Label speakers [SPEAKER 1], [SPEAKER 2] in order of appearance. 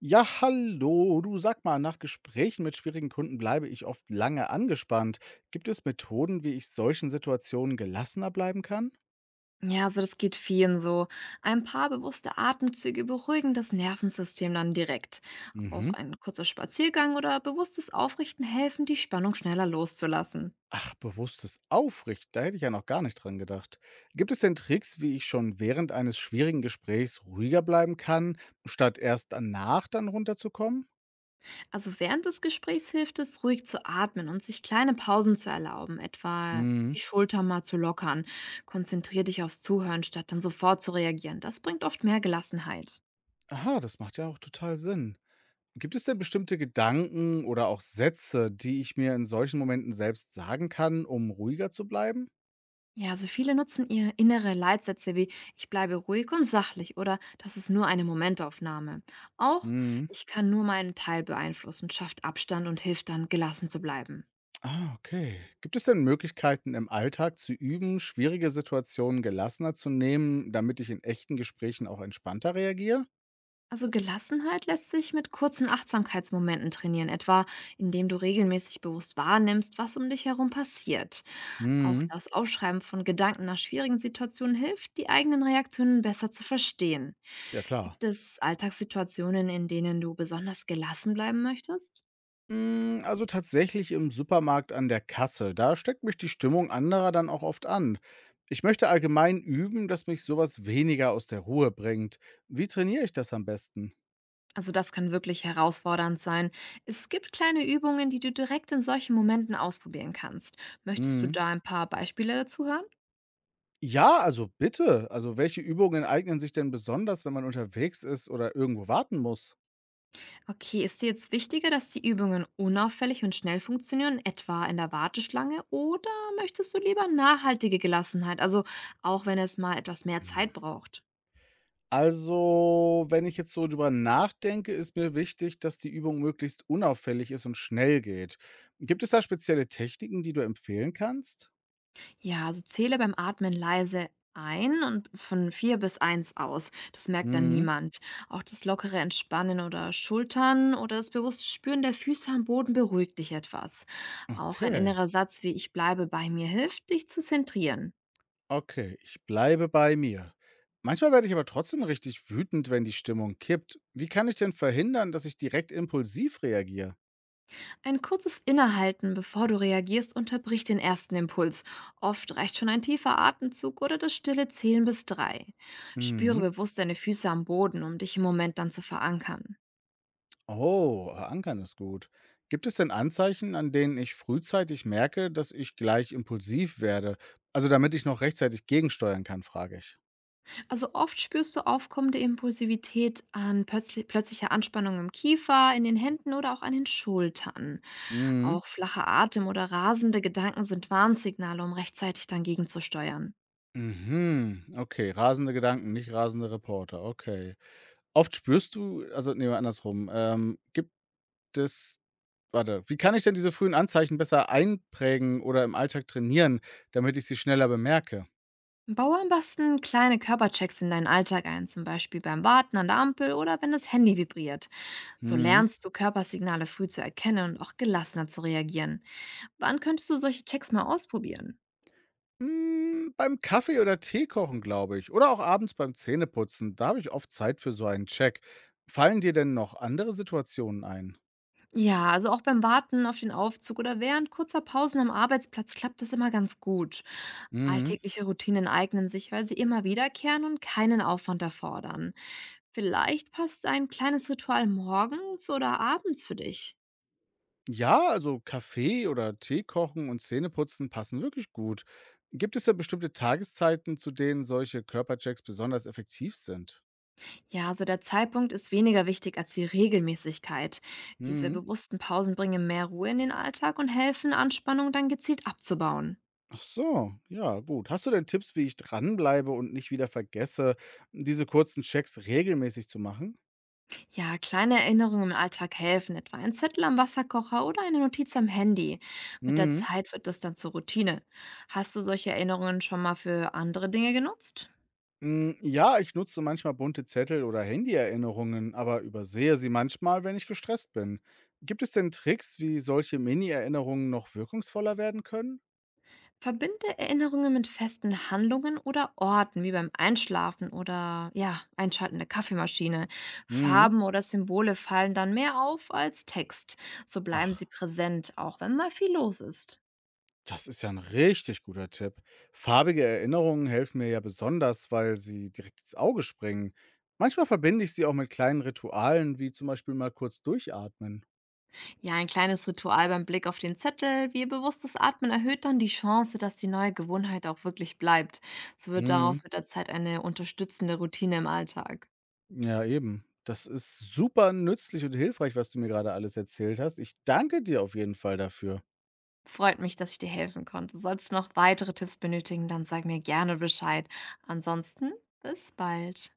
[SPEAKER 1] Ja, hallo. Du sag mal, nach Gesprächen mit schwierigen Kunden bleibe ich oft lange angespannt. Gibt es Methoden, wie ich solchen Situationen gelassener bleiben kann?
[SPEAKER 2] Ja, also das geht vielen so. Ein paar bewusste Atemzüge beruhigen das Nervensystem dann direkt. Auch
[SPEAKER 1] Mhm.
[SPEAKER 2] ein kurzer Spaziergang oder bewusstes Aufrichten helfen, die Spannung schneller loszulassen.
[SPEAKER 1] Ach, bewusstes Aufrichten. Da hätte ich ja noch gar nicht dran gedacht. Gibt es denn Tricks, wie ich schon während eines schwierigen Gesprächs ruhiger bleiben kann, statt erst danach dann runterzukommen?
[SPEAKER 2] Also während des Gesprächs hilft es, ruhig zu atmen und sich kleine Pausen zu erlauben, etwa
[SPEAKER 1] Mhm.
[SPEAKER 2] die Schulter mal zu lockern. Konzentrier dich aufs Zuhören, statt dann sofort zu reagieren. Das bringt oft mehr Gelassenheit.
[SPEAKER 1] Aha, das macht ja auch total Sinn. Gibt es denn bestimmte Gedanken oder auch Sätze, die ich mir in solchen Momenten selbst sagen kann, um ruhiger zu bleiben?
[SPEAKER 2] Ja, also viele nutzen ihre innere Leitsätze wie "Ich bleibe ruhig und sachlich" oder "Das ist nur eine Momentaufnahme". Auch
[SPEAKER 1] Mhm.
[SPEAKER 2] "Ich kann nur meinen Teil beeinflussen" schafft Abstand und hilft dann, gelassen zu bleiben.
[SPEAKER 1] Ah, okay. Gibt es denn Möglichkeiten im Alltag zu üben, schwierige Situationen gelassener zu nehmen, damit ich in echten Gesprächen auch entspannter reagiere?
[SPEAKER 2] Also Gelassenheit lässt sich mit kurzen Achtsamkeitsmomenten trainieren, etwa indem du regelmäßig bewusst wahrnimmst, was um dich herum passiert. Auch
[SPEAKER 1] Mhm.
[SPEAKER 2] das Aufschreiben von Gedanken nach schwierigen Situationen hilft, die eigenen Reaktionen besser zu verstehen.
[SPEAKER 1] Ja, klar.
[SPEAKER 2] Gibt es Alltagssituationen, in denen du besonders gelassen bleiben möchtest?
[SPEAKER 1] Mm, also tatsächlich im Supermarkt an der Kasse. Da steckt mich die Stimmung anderer dann auch oft an. Ich möchte allgemein üben, dass mich sowas weniger aus der Ruhe bringt. Wie trainiere ich das am besten?
[SPEAKER 2] Also das kann wirklich herausfordernd sein. Es gibt kleine Übungen, die du direkt in solchen Momenten ausprobieren kannst. Möchtest du
[SPEAKER 1] Mhm.
[SPEAKER 2] da ein paar Beispiele dazu hören?
[SPEAKER 1] Ja, also bitte. Also welche Übungen eignen sich denn besonders, wenn man unterwegs ist oder irgendwo warten muss?
[SPEAKER 2] Okay, ist dir jetzt wichtiger, dass die Übungen unauffällig und schnell funktionieren, etwa in der Warteschlange, oder möchtest du lieber nachhaltige Gelassenheit, also auch wenn es mal etwas mehr Zeit braucht?
[SPEAKER 1] Also, wenn ich jetzt so drüber nachdenke, ist mir wichtig, dass die Übung möglichst unauffällig ist und schnell geht. Gibt es da spezielle Techniken, die du empfehlen kannst?
[SPEAKER 2] Ja, also zähle beim Atmen leise ein und von 4 bis eins aus. Das merkt dann
[SPEAKER 1] Mhm.
[SPEAKER 2] niemand. Auch das lockere Entspannen oder Schultern oder das bewusste Spüren der Füße am Boden beruhigt dich etwas. Auch ein
[SPEAKER 1] Okay,
[SPEAKER 2] innerer Satz wie "Ich bleibe bei mir" hilft, dich zu zentrieren.
[SPEAKER 1] okay, ich bleibe bei mir. Manchmal werde ich aber trotzdem richtig wütend, wenn die Stimmung kippt. Wie kann ich denn verhindern, dass ich direkt impulsiv reagiere?
[SPEAKER 2] Ein kurzes Innehalten, bevor du reagierst, unterbricht den ersten Impuls. Oft reicht schon ein tiefer Atemzug oder das stille Zählen bis 3. Spüre
[SPEAKER 1] Mhm.
[SPEAKER 2] bewusst deine Füße am Boden, um dich im Moment dann zu verankern.
[SPEAKER 1] Oh, verankern ist gut. Gibt es denn Anzeichen, an denen ich frühzeitig merke, dass ich gleich impulsiv werde? Also damit ich noch rechtzeitig gegensteuern kann, frage ich.
[SPEAKER 2] Also oft spürst du aufkommende Impulsivität an plötzlicher Anspannung im Kiefer, in den Händen oder auch an den Schultern.
[SPEAKER 1] Mhm.
[SPEAKER 2] Auch flacher Atem oder rasende Gedanken sind Warnsignale, um rechtzeitig dann gegenzusteuern.
[SPEAKER 1] Mhm. Okay, rasende Gedanken, nicht rasende Reporter. Okay. Oft spürst du, also nee, andersrum. Gibt es, warte, Wie kann ich denn diese frühen Anzeichen besser einprägen oder im Alltag trainieren, damit ich sie schneller bemerke?
[SPEAKER 2] Baue am besten kleine Körperchecks in deinen Alltag ein, zum Beispiel beim Warten an der Ampel oder wenn das Handy vibriert. So
[SPEAKER 1] Mhm.
[SPEAKER 2] lernst du Körpersignale früh zu erkennen und auch gelassener zu reagieren. Wann könntest du solche Checks mal ausprobieren?
[SPEAKER 1] Hm, beim Kaffee oder Tee kochen, glaube ich. Oder auch abends beim Zähneputzen. Da habe ich oft Zeit für so einen Check. Fallen dir denn noch andere Situationen ein?
[SPEAKER 2] Ja, also auch beim Warten auf den Aufzug oder während kurzer Pausen am Arbeitsplatz klappt das immer ganz gut.
[SPEAKER 1] Mhm.
[SPEAKER 2] Alltägliche Routinen eignen sich, weil sie immer wiederkehren und keinen Aufwand erfordern. Vielleicht passt ein kleines Ritual morgens oder abends für dich.
[SPEAKER 1] Ja, also Kaffee oder Tee kochen und Zähneputzen passen wirklich gut. Gibt es da bestimmte Tageszeiten, zu denen solche Körperchecks besonders effektiv sind?
[SPEAKER 2] Ja, also der Zeitpunkt ist weniger wichtig als die Regelmäßigkeit. Diese
[SPEAKER 1] Mhm.
[SPEAKER 2] bewussten Pausen bringen mehr Ruhe in den Alltag und helfen, Anspannung dann gezielt abzubauen.
[SPEAKER 1] Ach so, ja, gut. Hast du denn Tipps, wie ich dranbleibe und nicht wieder vergesse, diese kurzen Checks regelmäßig zu machen?
[SPEAKER 2] Ja, kleine Erinnerungen im Alltag helfen, etwa ein Zettel am Wasserkocher oder eine Notiz am Handy. Mit der
[SPEAKER 1] Mhm.
[SPEAKER 2] Zeit wird das dann zur Routine. Hast du solche Erinnerungen schon mal für andere Dinge genutzt?
[SPEAKER 1] Hm, ja, ich nutze manchmal bunte Zettel oder Handy-Erinnerungen, aber übersehe sie manchmal, wenn ich gestresst bin. Gibt es denn Tricks, wie solche Mini-Erinnerungen noch wirkungsvoller werden können?
[SPEAKER 2] Verbinde Erinnerungen mit festen Handlungen oder Orten, wie beim Einschlafen oder ja, Einschalten der Kaffeemaschine.
[SPEAKER 1] Mhm.
[SPEAKER 2] Farben oder Symbole fallen dann mehr auf als Text. So bleiben
[SPEAKER 1] Ach,
[SPEAKER 2] sie präsent, auch wenn mal viel los ist.
[SPEAKER 1] das ist ja ein richtig guter Tipp. Farbige Erinnerungen helfen mir ja besonders, weil sie direkt ins Auge springen. Manchmal verbinde ich sie auch mit kleinen Ritualen, wie zum Beispiel mal kurz durchatmen.
[SPEAKER 2] Ja, ein kleines Ritual beim Blick auf den Zettel, wie bewusstes Atmen, erhöht dann die Chance, dass die neue Gewohnheit auch wirklich bleibt. So wird
[SPEAKER 1] Mhm.
[SPEAKER 2] daraus mit der Zeit eine unterstützende Routine im Alltag.
[SPEAKER 1] Ja, eben. Das ist super nützlich und hilfreich, was du mir gerade alles erzählt hast. Ich danke dir auf jeden Fall dafür.
[SPEAKER 2] Freut mich, dass ich dir helfen konnte. Sollst du noch weitere Tipps benötigen, dann sag mir gerne Bescheid. Ansonsten, bis bald.